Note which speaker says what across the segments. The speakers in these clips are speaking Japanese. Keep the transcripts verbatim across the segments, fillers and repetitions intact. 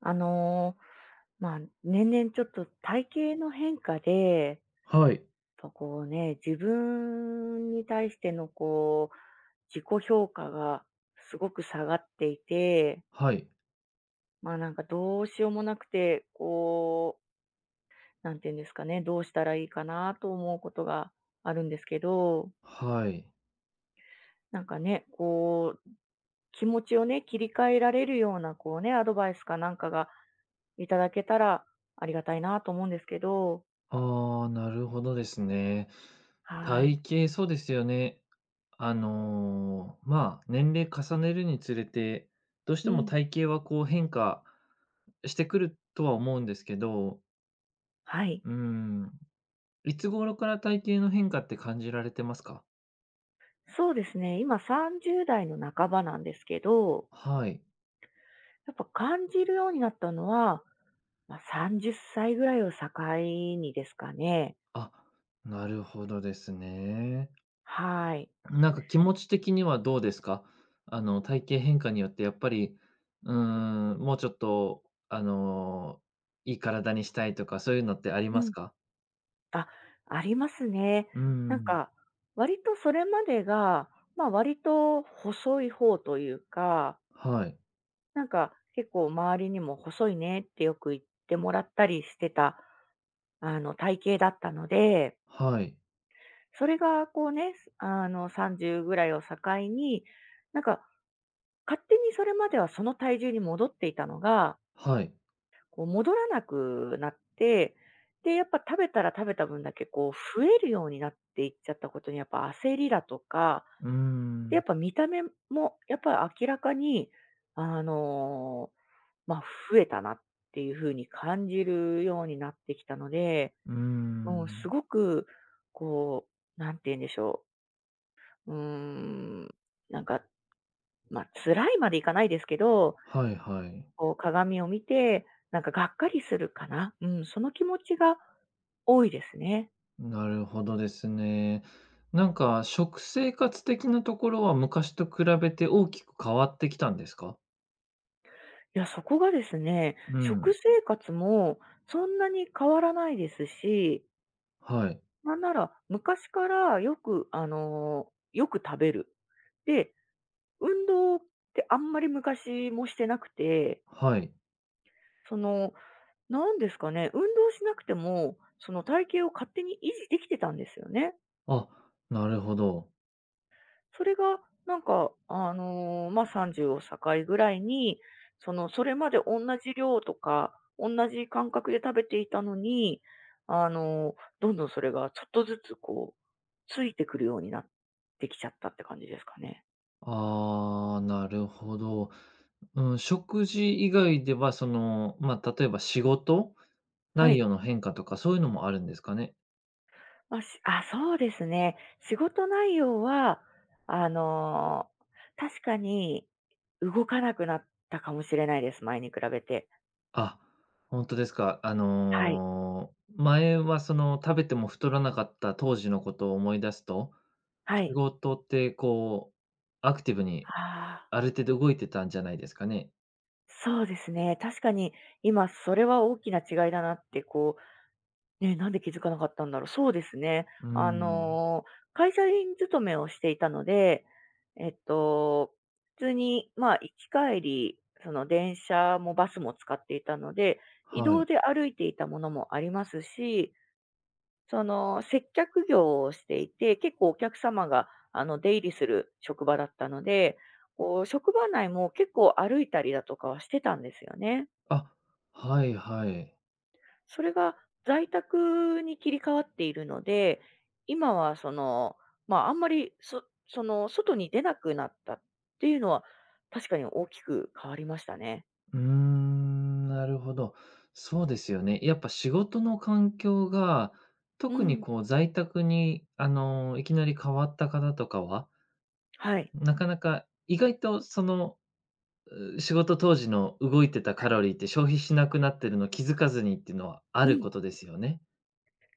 Speaker 1: あの、まあ、年々ちょっと体型の変化で、
Speaker 2: はい、
Speaker 1: とこうね、自分に対してのこう、自己評価がすごく下がっていて、
Speaker 2: はい、
Speaker 1: まあなんかどうしようもなくて、こう、なんていうんですかね、どうしたらいいかなと思うことがあるんですけど、
Speaker 2: はい。
Speaker 1: なんかね、こう、気持ちをね、切り替えられるような、こうね、アドバイスかなんかがいただけたらありがたいなと思うんですけど、
Speaker 2: ああ、なるほどですね。
Speaker 1: はい。
Speaker 2: 体型、そうですよね。あの、まあ、年齢重ねるにつれて、どうし
Speaker 1: う
Speaker 2: ても
Speaker 1: ん。
Speaker 2: 体型はこう変化してくるとは思うんですけど、
Speaker 1: はい。
Speaker 2: うーん、いつ頃から体型の変化って感じられてますか？
Speaker 1: そうですね。今さんじゅう代の半ばなんですけど、
Speaker 2: はい。
Speaker 1: やっぱ感じるようになったのは、まあ、さんじゅっさいぐらいを境にですかね。
Speaker 2: あ、なるほどですね。
Speaker 1: はい。
Speaker 2: なんか気持ち的にはどうですか？あの、体型変化によってやっぱり、うーん、もうちょっと、あの、いい体にしたいとか、そういうのってあり
Speaker 1: う
Speaker 2: ます
Speaker 1: ん。
Speaker 2: か？
Speaker 1: あ、ありますね。
Speaker 2: うー
Speaker 1: なん
Speaker 2: ん、
Speaker 1: か、割とそれまでが、まあ割と細い方というか、
Speaker 2: はい、
Speaker 1: なんか結構周りにも細いねってよく言ってもらったりしてた、あの体型だったので、
Speaker 2: はい、
Speaker 1: それがこうね、すあの、さんじゅうぐらいを境に、なんか勝手にそれまではその体重に戻っていたのが、
Speaker 2: はい。
Speaker 1: こう戻らなくなって、で、やっぱ食べたら食べた分だけこう増えるようになっていっちゃったことにやっぱ焦りだとか、
Speaker 2: うー
Speaker 1: で、
Speaker 2: ん、
Speaker 1: やっぱ見た目もやっぱ明らかに、あの、まあ、増えたなっていう風に感じるようになってきたので、
Speaker 2: うー
Speaker 1: もうす
Speaker 2: ん。
Speaker 1: ごくこう、なんて言うんでしょううーん、なんか、まあ、辛いまでいかないですけど、
Speaker 2: はいはい。
Speaker 1: こう鏡を見て、なんかがっかりするかな。うん、その気持ちが多いですね。
Speaker 2: なるほどですね。なんか食生活的なところは昔と比べて大きく変わってきたんですか？
Speaker 1: いや、そこがですね、
Speaker 2: う
Speaker 1: 食
Speaker 2: ん、
Speaker 1: 生活もそんなに変わらないですし、
Speaker 2: はい、
Speaker 1: なんなら昔からよく、あの、よく食べる。で、運動ってあんまり昔もしてなくて、
Speaker 2: はい。
Speaker 1: その、なんですかね、運動しなくても、その体型を勝手に維持できてたんですよね。
Speaker 2: あ、なるほど。
Speaker 1: それがなんか、あの、まあ、さんじゅうを境ぐらいに、その、それまで同じ量とか、同じ感覚で食べていたのに、あの、どんどんそれがちょっとずつこう、ついてくるようになってきちゃったって感じですかね。
Speaker 2: ああ、なるほど。うん、食事以外では、その、まあ、例えば仕事
Speaker 1: は
Speaker 2: 内
Speaker 1: い。
Speaker 2: 容の変化とか、そういうのもあるんですかね？
Speaker 1: まあ、しあ、そうですね。仕事内容は、あの、確かに動かなくなったかもしれないです、前に比べて。
Speaker 2: あ、本当ですか。あ
Speaker 1: はい、
Speaker 2: の、前は、その、食べても太らなかった当時のことを思い出すと、
Speaker 1: は
Speaker 2: 仕
Speaker 1: い。
Speaker 2: 事って、こう、アクティブに
Speaker 1: ああ。
Speaker 2: ある程度動いてたんじゃないですかね？
Speaker 1: そうですね。確かに今それは大きな違いだなって、こう、ね、なんで気づかなかったんだろう。そうですね。
Speaker 2: う
Speaker 1: あ
Speaker 2: ん、
Speaker 1: の、会社員勤めをしていたので、えっと、普通に、まあ、行き帰り、その電車もバスも使っていたので、移
Speaker 2: は
Speaker 1: 動
Speaker 2: い。
Speaker 1: で歩いていたものもありますし、その接客業をしていて、結構お客様があの出入りする職場だったので、こう職場内も結構歩いたりだとかはしてたんですよね。
Speaker 2: あ、はいはい。
Speaker 1: それが在宅に切り替わっているので、今はその、まあ、あんまり、そその、外に出なくなったっていうのは、確かに大きく変わりましたね。
Speaker 2: うーん、なるほど。そうですよね。やっぱ仕事の環境が、
Speaker 1: う
Speaker 2: 特に
Speaker 1: ん。
Speaker 2: こう在宅に、あの、いきなり変わった方とかは、
Speaker 1: はい。
Speaker 2: なかなか意外とその、う仕事当時の動いてたカ
Speaker 1: はい。
Speaker 2: ロリーって消費しなくなってるの気づかずにっていうのはあ
Speaker 1: う
Speaker 2: るこ
Speaker 1: ん、
Speaker 2: とですよね。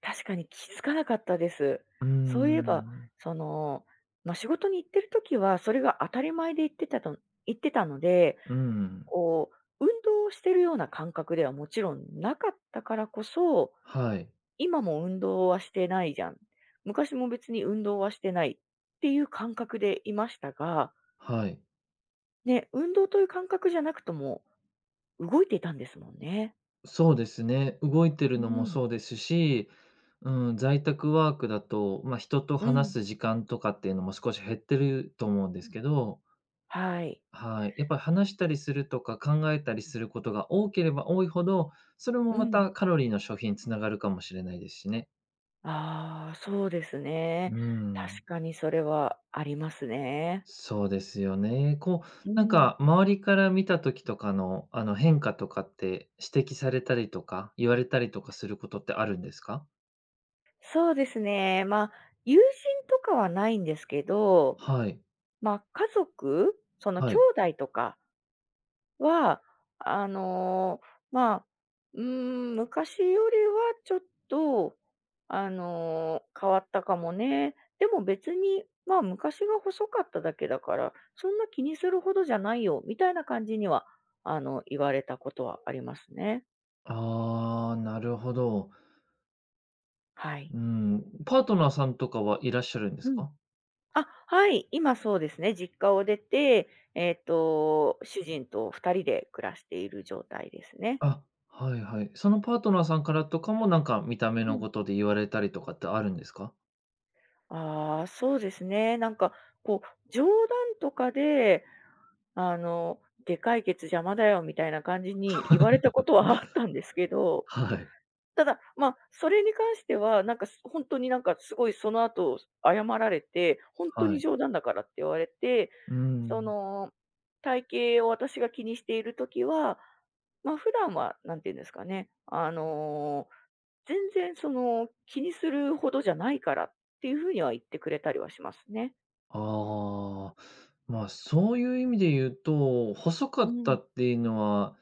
Speaker 1: 確かに気づかなかったです。
Speaker 2: うー
Speaker 1: そういえば、
Speaker 2: ん、
Speaker 1: その、まあ、仕事に行ってる時は、それが当たり前で行ってたと行ってたので、
Speaker 2: うん、
Speaker 1: こう、運動をしてるような感覚ではもちろんなかったからこそ
Speaker 2: はい、
Speaker 1: 今も運動はしてないじゃん。昔も別に運動はしてないっていう感覚でいましたが、
Speaker 2: はい。
Speaker 1: ね、運動という感覚じゃなくとも動いていたんですもんね。
Speaker 2: そうですね。動いて
Speaker 1: う
Speaker 2: るのも
Speaker 1: ん、
Speaker 2: そうですし、うん、在宅ワークだと、まあ、人と
Speaker 1: う
Speaker 2: 話
Speaker 1: ん。
Speaker 2: す時間とかっていうのも少し減ってると思うんですけど、
Speaker 1: はい。
Speaker 2: はい。やっぱり話したりするとか考えたりすることが多ければ多いほど、それも
Speaker 1: う
Speaker 2: ま
Speaker 1: ん。
Speaker 2: たカロリーの消費につながるかもしれないですしね。
Speaker 1: ああ、そうですね。
Speaker 2: うん。
Speaker 1: 確かにそれはありますね。
Speaker 2: そうですよね。こう、
Speaker 1: う
Speaker 2: なん
Speaker 1: ん。
Speaker 2: か周りから見た時とかの、あの、変化とかって指摘されたりとか、言われたりとかすることってあるんですか？
Speaker 1: そうですね。まあ、友人とかはないんですけど、
Speaker 2: はい、
Speaker 1: まあ、家族、その
Speaker 2: は
Speaker 1: 兄
Speaker 2: い。
Speaker 1: 弟とかは、あの、まあ、うーん、昔よりはちょっと、あの、変わったかもね。でも別に、まあ、昔が細かっただけだから、そんな気にするほどじゃないよ、みたいな感じには、あの、言われたことはありますね。
Speaker 2: ああ、なるほど。
Speaker 1: はい。
Speaker 2: うん。パートナーさんとかはいらっしゃるんで
Speaker 1: う
Speaker 2: す
Speaker 1: ん。
Speaker 2: か？
Speaker 1: あ、はい、今そうですね、実家を出て、えっと、主人と二人で暮らしている状態ですね。
Speaker 2: あ、はいはい。そのパートナーさんからとかも、なんか見た目
Speaker 1: う
Speaker 2: の
Speaker 1: ん
Speaker 2: ことで言われたりとかってあるんですか？
Speaker 1: ああ、そうですね。なんか、こう、冗談とかで、あの、でかいケツ邪魔だよみたいな感じに言われたことは あったんですけど、
Speaker 2: はい。
Speaker 1: ただ、まあ、それに関しては、なんか、すほになんかすごいその後謝られて、本当
Speaker 2: は
Speaker 1: に
Speaker 2: い。
Speaker 1: 冗談だからって言われて、
Speaker 2: う
Speaker 1: そ
Speaker 2: ん。
Speaker 1: の、体型を私が気にしている時は、まあ、普段は、なんていうんですかね、あの全然その、気にするほどじゃないからっていうふうには言ってくれたりはしますね。
Speaker 2: ああ、まあ、そういう意味で言うと、細か
Speaker 1: う
Speaker 2: った
Speaker 1: ん。
Speaker 2: っていうのは、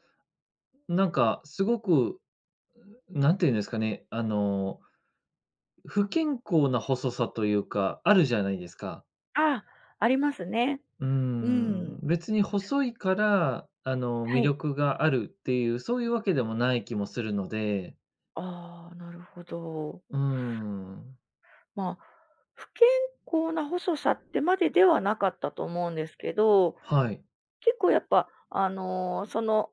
Speaker 2: なんかすごく、なんていうんですかね、あの、不健康な細さというか、あるじゃないですか。
Speaker 1: ああ、りますね。
Speaker 2: うー
Speaker 1: うん。
Speaker 2: ん、別に細いから、あの、
Speaker 1: は
Speaker 2: 魅
Speaker 1: い。
Speaker 2: 力があるっていう、そういうわけでもない気もするので、
Speaker 1: ああ、なるほど。
Speaker 2: うーん、
Speaker 1: まあ、不健康な細さってまでではなかったと思うんですけど、
Speaker 2: はい、
Speaker 1: 結構やっぱ、あの、その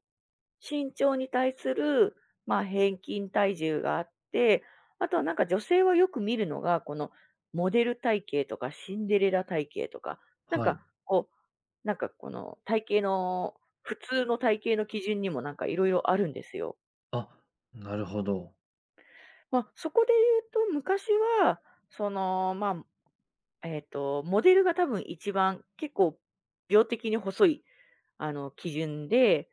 Speaker 1: 身長に対する、まあ、平均体重があって、あとはなんか女性はよく見るのが、このモデル体型とかシンデレラ体型とか、なん
Speaker 2: はい。
Speaker 1: かこう、なんかこの体型の、普通の体型の基準にもなんかいろいろあるんですよ。
Speaker 2: あ、なるほど。
Speaker 1: まあ、そこで言うと昔は、その、まあ、えっ、と、モデルが多分一番結構病的に細い、あの、基準で、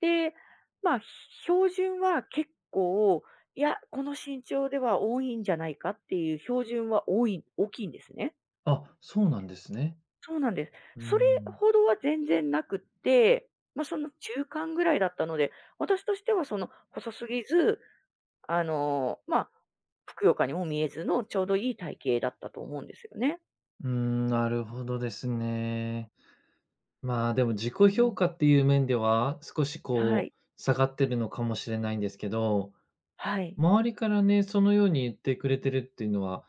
Speaker 1: で、まあ、標準は結構、いや、この身長では多いんじゃないかっていう標準は多い大きいんですね。
Speaker 2: あ、そうなんですね。
Speaker 1: そうなんです。
Speaker 2: うー
Speaker 1: それ
Speaker 2: ん。
Speaker 1: ほどは全然なくって、まあ、その中間ぐらいだったので、私としてはその細すぎず、あの、まあ、ふくよかにも見えずのちょうどいい体型だったと思うんですよね。
Speaker 2: うーん、なるほどですね。まあ、でも自己
Speaker 1: う
Speaker 2: 評
Speaker 1: ん。
Speaker 2: 価っていう面では、少し
Speaker 1: は
Speaker 2: こ
Speaker 1: い。
Speaker 2: う、下がってるのかもしれないんですけど、
Speaker 1: はい。
Speaker 2: 周りからね、そのように言ってくれてるっていうのは、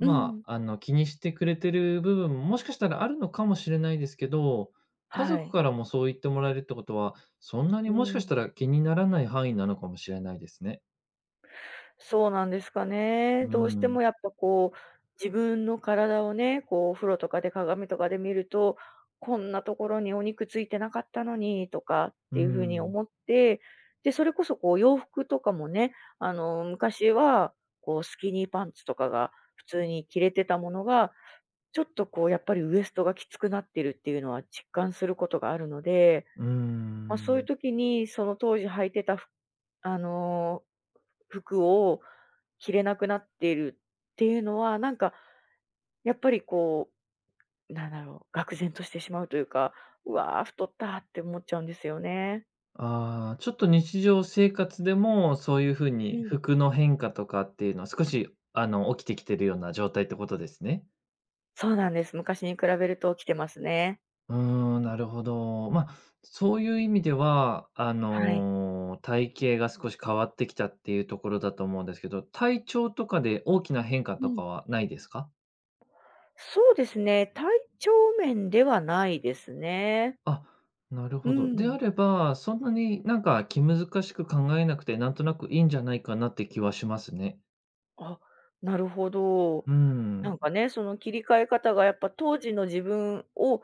Speaker 1: うん。
Speaker 2: あ、あの、気にしてくれてる部分も、もしかしたらあるのかもしれないですけど、家
Speaker 1: は
Speaker 2: 族
Speaker 1: い。
Speaker 2: からもそう言ってもらえるってことは、そんなに
Speaker 1: う
Speaker 2: もしかし
Speaker 1: ん。
Speaker 2: たら気にならない範囲なのかもしれないですね。
Speaker 1: そうなんですか
Speaker 2: う
Speaker 1: ね。
Speaker 2: ー
Speaker 1: どうして
Speaker 2: ん。
Speaker 1: もやっぱこう、自分の体をね、こうお風呂とかで鏡とかで見ると、こんなところにお肉ついてなかったのにとかっ
Speaker 2: うー
Speaker 1: ていう風に
Speaker 2: ん。
Speaker 1: 思って、で、それこそこう洋服とかもね、あの、昔はこうスキニーパンツとかが普通に着れてたものが、ちょっとこうやっぱりウエストがきつくなってるっていうのは実感することがあるので、
Speaker 2: うー
Speaker 1: まあ、そういう
Speaker 2: ん。
Speaker 1: 時にその当時履いてた服あの、服を着れなくなっているっていうのは、なんかやっぱりこう、なんだろう、愕然としてしまうというか、うわー、太ったって思っちゃうんですよね。
Speaker 2: ああ、ちょっと日常生活でも、そういうふう
Speaker 1: う
Speaker 2: に
Speaker 1: ん。
Speaker 2: 服の変化とかっていうのは、少し、あの、起きてきてるような状態ってことですね。
Speaker 1: そうなんです。昔に比べるときてますね。
Speaker 2: うーん、なるほど。まあ、そういう意味では、あ
Speaker 1: はい。
Speaker 2: の、体型が少し変わってきたっていうところだと思うんですけど、体調とかで大きな変化
Speaker 1: う
Speaker 2: と
Speaker 1: ん。
Speaker 2: かはないですか？
Speaker 1: そうですね、体調面ではないですね。
Speaker 2: あ、なる
Speaker 1: う
Speaker 2: ほど。で
Speaker 1: ん。
Speaker 2: あれば、そんなになんか気難しく考えなくて、なんとなくいいんじゃないかなって気はしますね。
Speaker 1: あ、なるほど。
Speaker 2: う
Speaker 1: なん
Speaker 2: ん、
Speaker 1: かね、その切り替え方がやっぱ当時の自分を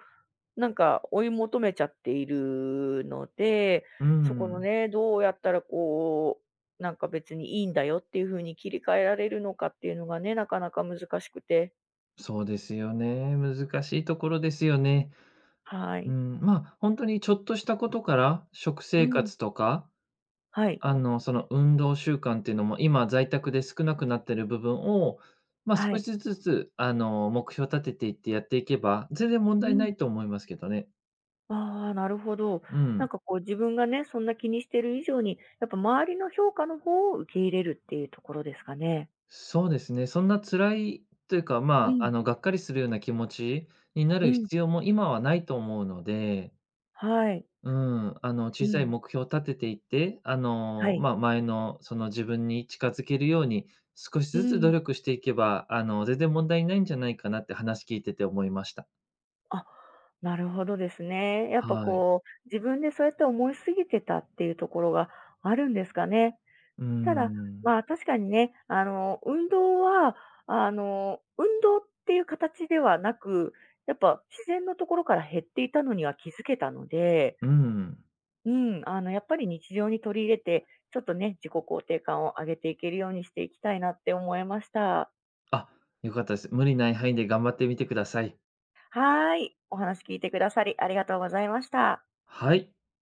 Speaker 1: なんか追い求めちゃっているので、
Speaker 2: う
Speaker 1: そこの
Speaker 2: ん。
Speaker 1: ね、どうやったらこう、なんか別にいいんだよっていう風に切り替えられるのかっていうのがね、なかなか難しくて。
Speaker 2: そうですよね。難しいところですよね。
Speaker 1: は
Speaker 2: う
Speaker 1: い。
Speaker 2: ん、ま、あ本当にちょっとしたことから、食
Speaker 1: う
Speaker 2: 生
Speaker 1: ん。
Speaker 2: 活とか
Speaker 1: はい。
Speaker 2: あの、その運動習慣っていうのも、今在宅で少なくなってる部分を、まあ、
Speaker 1: は
Speaker 2: 少し
Speaker 1: い。
Speaker 2: ずつ、あの、目標立てていってやっていけば、全然問
Speaker 1: う
Speaker 2: 題な
Speaker 1: ん。
Speaker 2: いと思いますけどね。
Speaker 1: ああ、なるほど。
Speaker 2: う
Speaker 1: なん
Speaker 2: ん。
Speaker 1: かこう自分がね、そんな気にしてる以上に、やっぱ周りの評価の方を受け入れるっていうところですかね。
Speaker 2: そうですね。そんな辛いというか、
Speaker 1: う
Speaker 2: まあ、
Speaker 1: ん、
Speaker 2: あの、がっかりするような気持ちにな
Speaker 1: う
Speaker 2: る
Speaker 1: ん。
Speaker 2: 必要も今はないと思うので、
Speaker 1: はい。
Speaker 2: うん、あの、
Speaker 1: う
Speaker 2: 小さい
Speaker 1: ん。
Speaker 2: 目標を立てていって、あ
Speaker 1: は
Speaker 2: の、
Speaker 1: い。
Speaker 2: まあ、前のその自分に近づけるように、少し
Speaker 1: う
Speaker 2: ずつ努
Speaker 1: ん。
Speaker 2: 力していけば、あの、全然問題ないんじゃないかなって話聞いてて思いました。
Speaker 1: あ、なるほどですね。やっぱ
Speaker 2: はい。
Speaker 1: こう、自分でそうやって思いすぎてたっていうところがあるんですかね。
Speaker 2: うー
Speaker 1: ただ、
Speaker 2: ん。
Speaker 1: まあ、確かにね、あの、運動は、あの、運動っていう形ではなく、やっぱ自然のところから減っていたのには気づけたので、
Speaker 2: うん。
Speaker 1: うん、あの、やっぱり日常に取り入れて、ちょっとね、自己肯定感を上げていけるようにしていきたいなって思いました。
Speaker 2: あ、良かったです。無理ない範囲で頑張ってみてください。
Speaker 1: はーい。お話聞いてくださりありがとうございました。
Speaker 2: はい。